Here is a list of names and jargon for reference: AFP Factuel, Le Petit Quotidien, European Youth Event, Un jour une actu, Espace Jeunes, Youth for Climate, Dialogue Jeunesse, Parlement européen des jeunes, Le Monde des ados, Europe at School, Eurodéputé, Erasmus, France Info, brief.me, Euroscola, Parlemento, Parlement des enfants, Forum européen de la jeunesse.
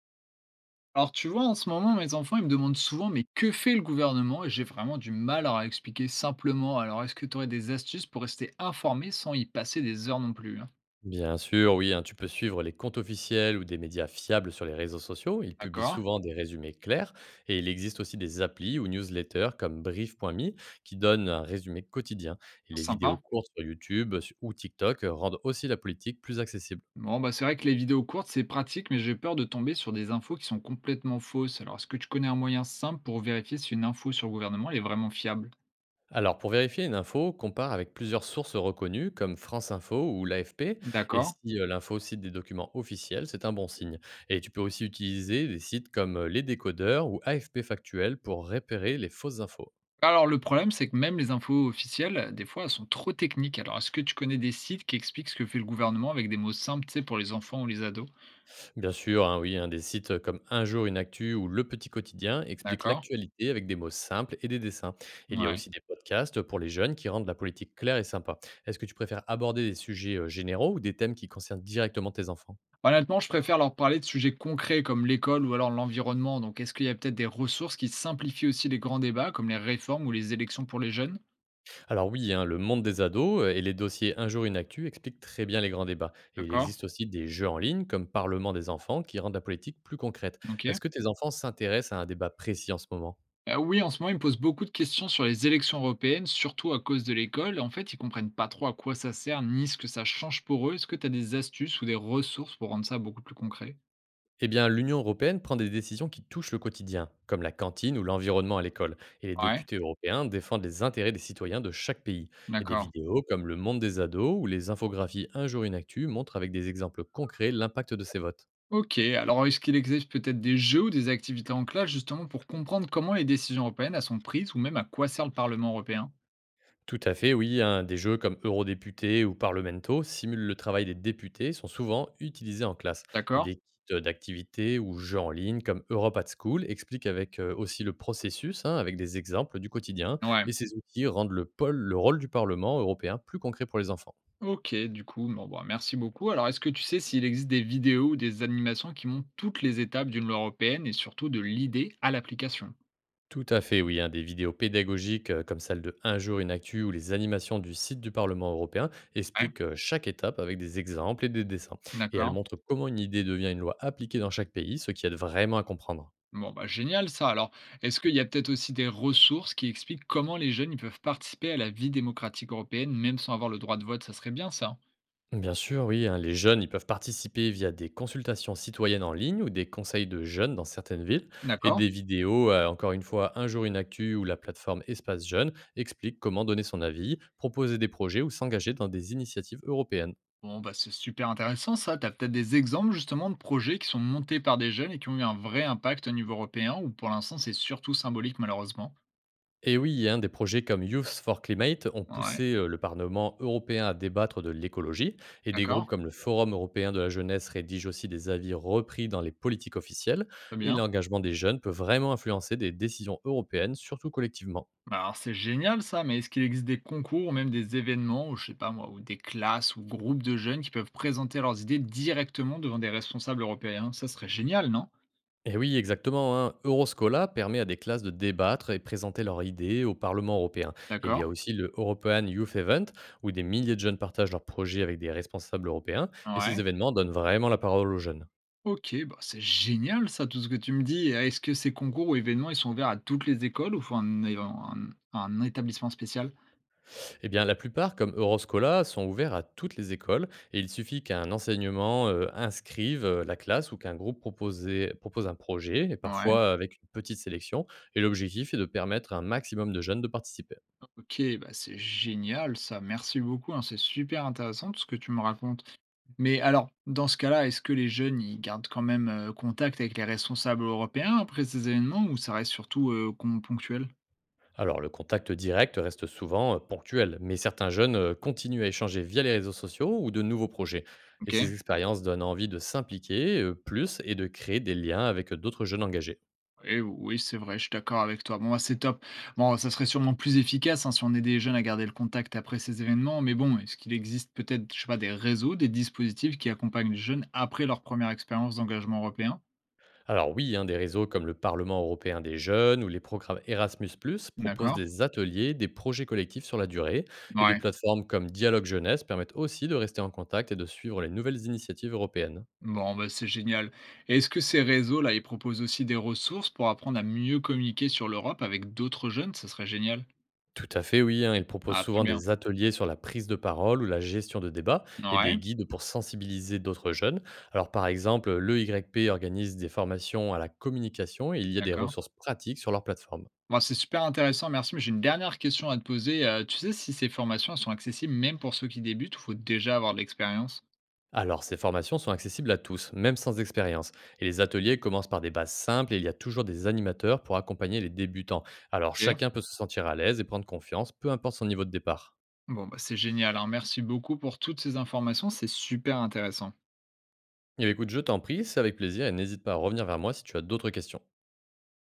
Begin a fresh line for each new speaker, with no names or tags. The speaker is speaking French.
Alors tu vois, en ce moment, mes enfants, ils me demandent souvent, mais que fait le gouvernement? Et j'ai vraiment du mal à leur expliquer simplement. Alors, est-ce que tu aurais des astuces pour rester informé sans y passer des heures non plus, hein?
Bien sûr, oui, hein, tu peux suivre les comptes officiels ou des médias fiables sur les réseaux sociaux. Ils publient
D'accord,
souvent des résumés clairs et il existe aussi des applis ou newsletters comme brief.me qui donnent un résumé quotidien. Et les vidéos
sympa.
courtes sur YouTube ou TikTok rendent aussi la politique plus accessible.
Bon, bah c'est vrai que les vidéos courtes, c'est pratique, mais j'ai peur de tomber sur des infos qui sont complètement fausses. Alors, est-ce que tu connais un moyen simple pour vérifier si une info sur le gouvernement, elle est vraiment fiable?
Alors, pour vérifier une info, compare avec plusieurs sources reconnues comme France Info ou l'AFP. Et
D'accord.
si l'info cite des documents officiels, c'est un bon signe. Et tu peux aussi utiliser des sites comme Les Décodeurs ou AFP Factuel pour repérer les fausses infos.
Alors, le problème, c'est que même les infos officielles, des fois, elles sont trop techniques. Alors, est-ce que tu connais des sites qui expliquent ce que fait le gouvernement avec des mots simples, tu sais, pour les enfants ou les ados?
Bien sûr, hein, oui, hein, des sites comme Un jour une actu ou Le Petit Quotidien expliquent
D'accord.
l'actualité avec des mots simples et des dessins. Il y a
Ouais.
aussi des podcasts pour les jeunes qui rendent la politique claire et sympa. Est-ce que tu préfères aborder des sujets généraux ou des thèmes qui concernent directement tes enfants?
Honnêtement, je préfère leur parler de sujets concrets comme l'école ou alors l'environnement. Donc, est-ce qu'il y a peut-être des ressources qui simplifient aussi les grands débats, comme les réformes ou les élections pour les jeunes?
Alors oui, hein, le monde des ados et les dossiers Un jour une actu expliquent très bien les grands débats. Et il
D'accord.
existe aussi des jeux en ligne comme Parlement des enfants qui rendent la politique plus concrète.
Ok.
Est-ce que tes enfants s'intéressent à un débat précis en ce moment?
Oui, en ce moment, ils me posent beaucoup de questions sur les élections européennes, surtout à cause de l'école. En fait, ils comprennent pas trop à quoi ça sert, ni ce que ça change pour eux. Est-ce que tu as des astuces ou des ressources pour rendre ça beaucoup plus concret?
Eh bien, l'Union européenne prend des décisions qui touchent le quotidien, comme la cantine ou l'environnement à l'école, et les
Ouais.
députés européens défendent les intérêts des citoyens de chaque pays. Et des
D'accord.
vidéos comme Le Monde des ados ou les infographies Un jour une actu montrent avec des exemples concrets l'impact de ces votes.
Ok. Alors, est-ce qu'il existe peut-être des jeux ou des activités en classe justement pour comprendre comment les décisions européennes elles sont prises ou même à quoi sert le Parlement européen?
Tout à fait, oui, hein. Des jeux comme Eurodéputé ou Parlemento simulent le travail des députés, et sont souvent utilisés en classe. Et
D'accord.
des kits d'activités ou jeux en ligne comme Europe at School expliquent avec aussi le processus, hein, avec des exemples du quotidien.
Ouais.
Et ces outils rendent le rôle du Parlement européen plus concret pour les enfants.
OK, du coup, bon, bah, merci beaucoup. Alors, est-ce que tu sais s'il existe des vidéos ou des animations qui montrent toutes les étapes d'une loi européenne et surtout de l'idée à l'application?
Tout à fait, oui, hein, des vidéos pédagogiques comme celle de Un jour une actu ou les animations du site du Parlement européen
Ouais,
expliquent chaque étape avec des exemples et des dessins. Et elles
d'accord.
montrent comment une idée devient une loi appliquée dans chaque pays, ce qui aide vraiment à comprendre.
Bon, bah, génial ça. Alors, est-ce qu'il y a peut-être aussi des ressources qui expliquent comment les jeunes ils peuvent participer à la vie démocratique européenne même sans avoir le droit de vote? Ça serait bien ça.
Bien sûr, oui, hein, les jeunes, ils peuvent participer via des consultations citoyennes en ligne ou des conseils de jeunes dans certaines villes. Et
D'accord.
des vidéos, encore une fois, Un jour une actu ou la plateforme Espace Jeunes expliquent comment donner son avis, proposer des projets ou s'engager dans des initiatives européennes.
Bon, bah, c'est super intéressant ça. Tu as peut-être des exemples justement de projets qui sont montés par des jeunes et qui ont eu un vrai impact au niveau européen ou pour l'instant c'est surtout symbolique malheureusement?
Et oui, hein, des projets comme Youth for Climate ont
Ouais.
poussé le Parlement européen à débattre de l'écologie, et des groupes
D'accord,
comme le Forum européen de la jeunesse rédigent aussi des avis repris dans les politiques officielles,
très
et
bien.
l'engagement des jeunes peut vraiment influencer des décisions européennes, surtout collectivement.
Bah, alors c'est génial ça, mais est-ce qu'il existe des concours ou même des événements, ou je sais pas moi, ou des classes ou groupes de jeunes qui peuvent présenter leurs idées directement devant des responsables européens? Ça serait génial, non?
Et oui, exactement, hein, Euroscola permet à des classes de débattre et présenter leurs idées au Parlement européen. Et il y
D'accord,
a aussi le European Youth Event, où des milliers de jeunes partagent leurs projets avec des responsables européens, et ces
ouais.
événements donnent vraiment la parole aux jeunes.
Ok, bah c'est génial ça, tout ce que tu me dis. Et est-ce que ces concours ou événements, ils sont ouverts à toutes les écoles ou faut un, un établissement spécial?
Eh bien, la plupart, comme Euroscola, sont ouverts à toutes les écoles et il suffit qu'un enseignement inscrive la classe ou qu'un groupe propose un projet, et
Ouais.
parfois avec une petite sélection, et l'objectif est de permettre à un maximum de jeunes de participer.
Ok, bah c'est génial ça, merci beaucoup, hein, c'est super intéressant tout ce que tu me racontes. Mais alors, dans ce cas-là, est-ce que les jeunes, ils gardent quand même contact avec les responsables européens après ces événements ou ça reste surtout ponctuel?
Alors, le contact direct reste souvent ponctuel, mais certains jeunes continuent à échanger via les réseaux sociaux ou de nouveaux projets. Et ces
Ok.
expériences donnent envie de s'impliquer plus et de créer des liens avec d'autres jeunes engagés.
Oui, oui, c'est vrai, je suis d'accord avec toi. Bon, bah, c'est top. Bon, ça serait sûrement plus efficace hein, si on aidait les jeunes à garder le contact après ces événements, mais bon, est-ce qu'il existe peut-être, je sais pas, des réseaux, des dispositifs qui accompagnent les jeunes après leur première expérience d'engagement européen?
Alors oui, hein, des réseaux comme le Parlement européen des jeunes ou les programmes Erasmus proposent
D'accord.
des ateliers, des projets collectifs sur la durée, et des
Ouais.
plateformes comme Dialogue Jeunesse permettent aussi de rester en contact et de suivre les nouvelles initiatives européennes.
Bon, bah, c'est génial. Et est-ce que ces réseaux-là, ils proposent aussi des ressources pour apprendre à mieux communiquer sur l'Europe avec d'autres jeunes? Ça serait génial.
Tout à fait, oui, hein, ils proposent
Ah, très
souvent
bien.
des ateliers sur la prise de parole ou la gestion de débats et
Ouais,
des guides pour sensibiliser d'autres jeunes. Alors par exemple, l'EYP organise des formations à la communication et il y a des
d'accord.
ressources pratiques sur leur plateforme.
Bon, c'est super intéressant, merci. Mais j'ai une dernière question à te poser. Tu sais si ces formations elles sont accessibles même pour ceux qui débutent ou faut déjà avoir de l'expérience?
Alors, ces formations sont accessibles à tous, même sans expérience. Et les ateliers commencent par des bases simples et il y a toujours des animateurs pour accompagner les débutants. Alors,
Ok.
chacun peut se sentir à l'aise et prendre confiance, peu importe son niveau de départ.
Bon, bah, c'est génial, hein. Merci beaucoup pour toutes ces informations, c'est super intéressant.
Et écoute, je t'en prie, c'est avec plaisir et n'hésite pas à revenir vers moi si tu as d'autres questions.